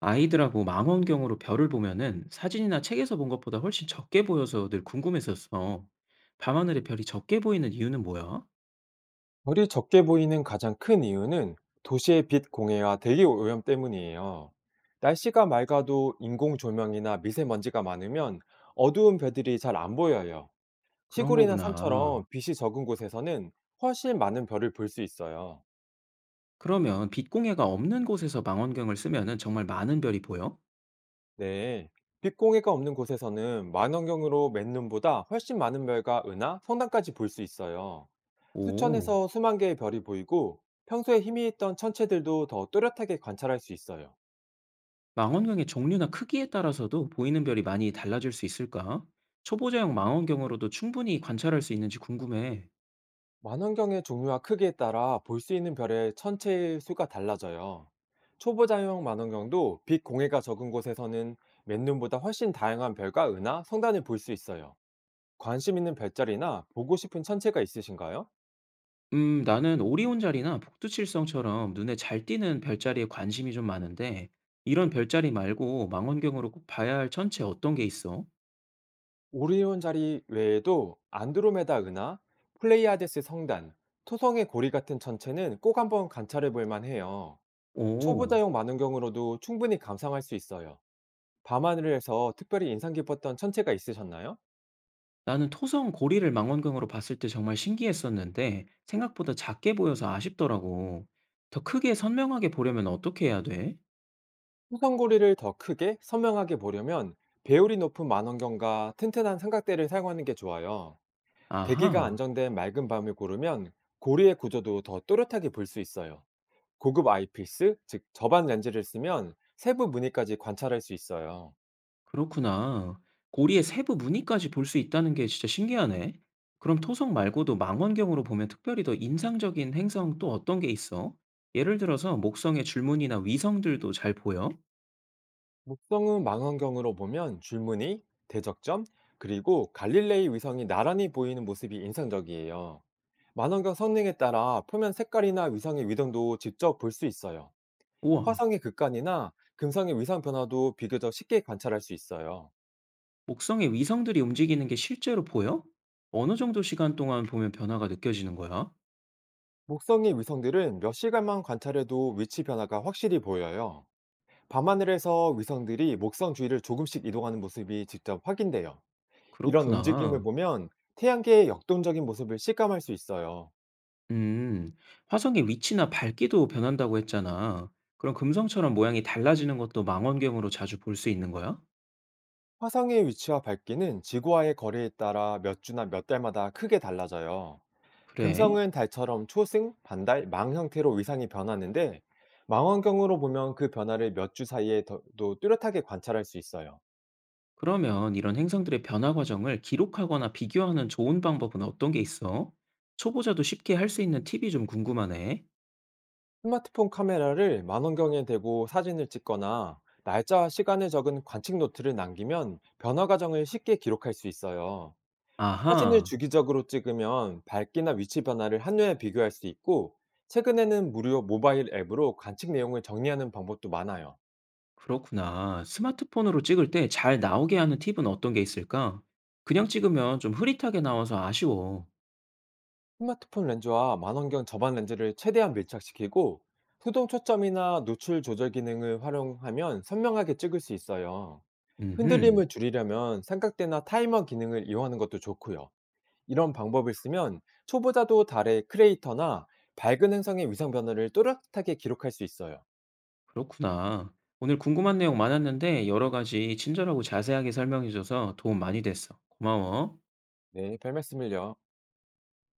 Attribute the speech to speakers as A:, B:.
A: 아이들하고 망원경으로 별을 보면은 사진이나 책에서 본 것보다 훨씬 적게 보여서 늘 궁금했었어. 밤하늘의 별이 적게 보이는 이유는 뭐야?
B: 별이 적게 보이는 가장 큰 이유는 도시의 빛 공해와 대기 오염 때문이에요. 날씨가 맑아도 인공 조명이나 미세먼지가 많으면 어두운 별들이 잘 안 보여요.
A: 그런
B: 시골이나 산처럼
A: 거구나.
B: 빛이 적은 곳에서는 훨씬 많은 별을 볼 수 있어요.
A: 그러면 빛공해가 없는 곳에서 망원경을 쓰면은 정말 많은 별이 보여?
B: 네. 빛 공해가 없는 곳에서는 만원경으로 맨눈보다 훨씬 많은 별과 은하, 성단까지 볼 수 있어요.
A: 오,
B: 수천에서 수만 개의 별이 보이고 평소에 희미했던 천체들도 더 또렷하게 관찰할 수 있어요.
A: 망원경의 종류나 크기에 따라서도 보이는 별이 많이 달라질 수 있을까? 초보자용 망원경으로도 충분히 관찰할 수 있는지 궁금해.
B: 만원경의 종류와 크기에 따라 볼 수 있는 별의 천체의 수가 달라져요. 초보자용 만원경도 빛 공해가 적은 곳에서는 맨눈보다 훨씬 다양한 별과 은하, 성단을 볼 수 있어요. 관심 있는 별자리나 보고 싶은 천체가 있으신가요?
A: 나는 오리온 자리나 북두칠성처럼 눈에 잘 띄는 별자리에 관심이 좀 많은데, 이런 별자리 말고 망원경으로 꼭 봐야 할 천체 어떤 게 있어?
B: 오리온 자리 외에도 안드로메다 은하, 플레이아데스 성단, 토성의 고리 같은 천체는 꼭 한번 관찰해 볼 만해요.
A: 오,
B: 초보자용 만원경으로도 충분히 감상할 수 있어요. 밤하늘에서 특별히 인상 깊었던 천체가 있으셨나요?
A: 나는 토성 고리를 망원경으로 봤을 때 정말 신기했었는데, 생각보다 작게 보여서 아쉽더라고. 더 크게 선명하게 보려면 어떻게 해야 돼?
B: 후성고리를 더 크게 선명하게 보려면 배율이 높은 만원경과 튼튼한 삼각대를 사용하는 게 좋아요. 대기가
A: 아하.
B: 안정된 맑은 밤을 고르면 고리의 구조도 더 또렷하게 볼 수 있어요. 고급 아이피스, 즉 저반 렌즈를 쓰면 세부 무늬까지 관찰할 수 있어요.
A: 그렇구나. 고리의 세부 무늬까지 볼 수 있다는 게 진짜 신기하네. 그럼 토성 말고도 망원경으로 보면 특별히 더 인상적인 행성 또 어떤 게 있어? 예를 들어서 목성의 줄무늬나 위성들도 잘 보여?
B: 목성은 망원경으로 보면 줄무늬, 대적점, 그리고 갈릴레이 위성이 나란히 보이는 모습이 인상적이에요. 만원경 성능에 따라 표면 색깔이나 위성의 위동도 직접 볼 수 있어요.
A: 우와,
B: 화성의 극간이나 금성의 위상 변화도 비교적 쉽게 관찰할 수 있어요.
A: 목성의 위성들이 움직이는 게 실제로 보여? 어느 정도 시간 동안 보면 변화가 느껴지는 거야?
B: 목성의 위성들은 몇 시간만 관찰해도 위치 변화가 확실히 보여요. 밤하늘에서 위성들이 목성 주위를 조금씩 이동하는 모습이 직접 확인돼요. 이런 움직임을
A: 그렇구나.
B: 보면 태양계의 역동적인 모습을 실감할 수 있어요.
A: 음, 화성의 위치나 밝기도 변한다고 했잖아. 그럼 금성처럼 모양이 달라지는 것도 망원경으로 자주 볼 수 있는 거야?
B: 화성의 위치와 밝기는 지구와의 거리에 따라 몇 주나 몇 달마다 크게 달라져요.
A: 그래?
B: 금성은 달처럼 초승, 반달, 망 형태로 위상이 변하는데 망원경으로 보면 그 변화를 몇 주 사이에 더도 뚜렷하게 관찰할 수 있어요.
A: 그러면 이런 행성들의 변화 과정을 기록하거나 비교하는 좋은 방법은 어떤 게 있어? 초보자도 쉽게 할 수 있는 팁이 좀 궁금하네.
B: 스마트폰 카메라를 망원경에 대고 사진을 찍거나 날짜와 시간을 적은 관측 노트를 남기면 변화 과정을 쉽게 기록할 수 있어요. 사진을
A: 아하,
B: 주기적으로 찍으면 밝기나 위치 변화를 한눈에 비교할 수 있고 최근에는 무료 모바일 앱으로 관측 내용을 정리하는 방법도 많아요.
A: 그렇구나. 스마트폰으로 찍을 때 잘 나오게 하는 팁은 어떤 게 있을까? 그냥 찍으면 좀 흐릿하게 나와서 아쉬워.
B: 스마트폰 렌즈와 망원경 저반 렌즈를 최대한 밀착시키고 수동 초점이나 노출 조절 기능을 활용하면 선명하게 찍을 수 있어요.
A: 음흠,
B: 흔들림을 줄이려면 삼각대나 타이머 기능을 이용하는 것도 좋고요. 이런 방법을 쓰면 초보자도 달의 크레이터나 밝은 행성의 위상 변화를 또렷하게 기록할 수 있어요.
A: 그렇구나. 오늘 궁금한 내용 많았는데 여러 가지 친절하고 자세하게 설명해줘서 도움 많이 됐어. 고마워.
B: 네, 별 말씀을요.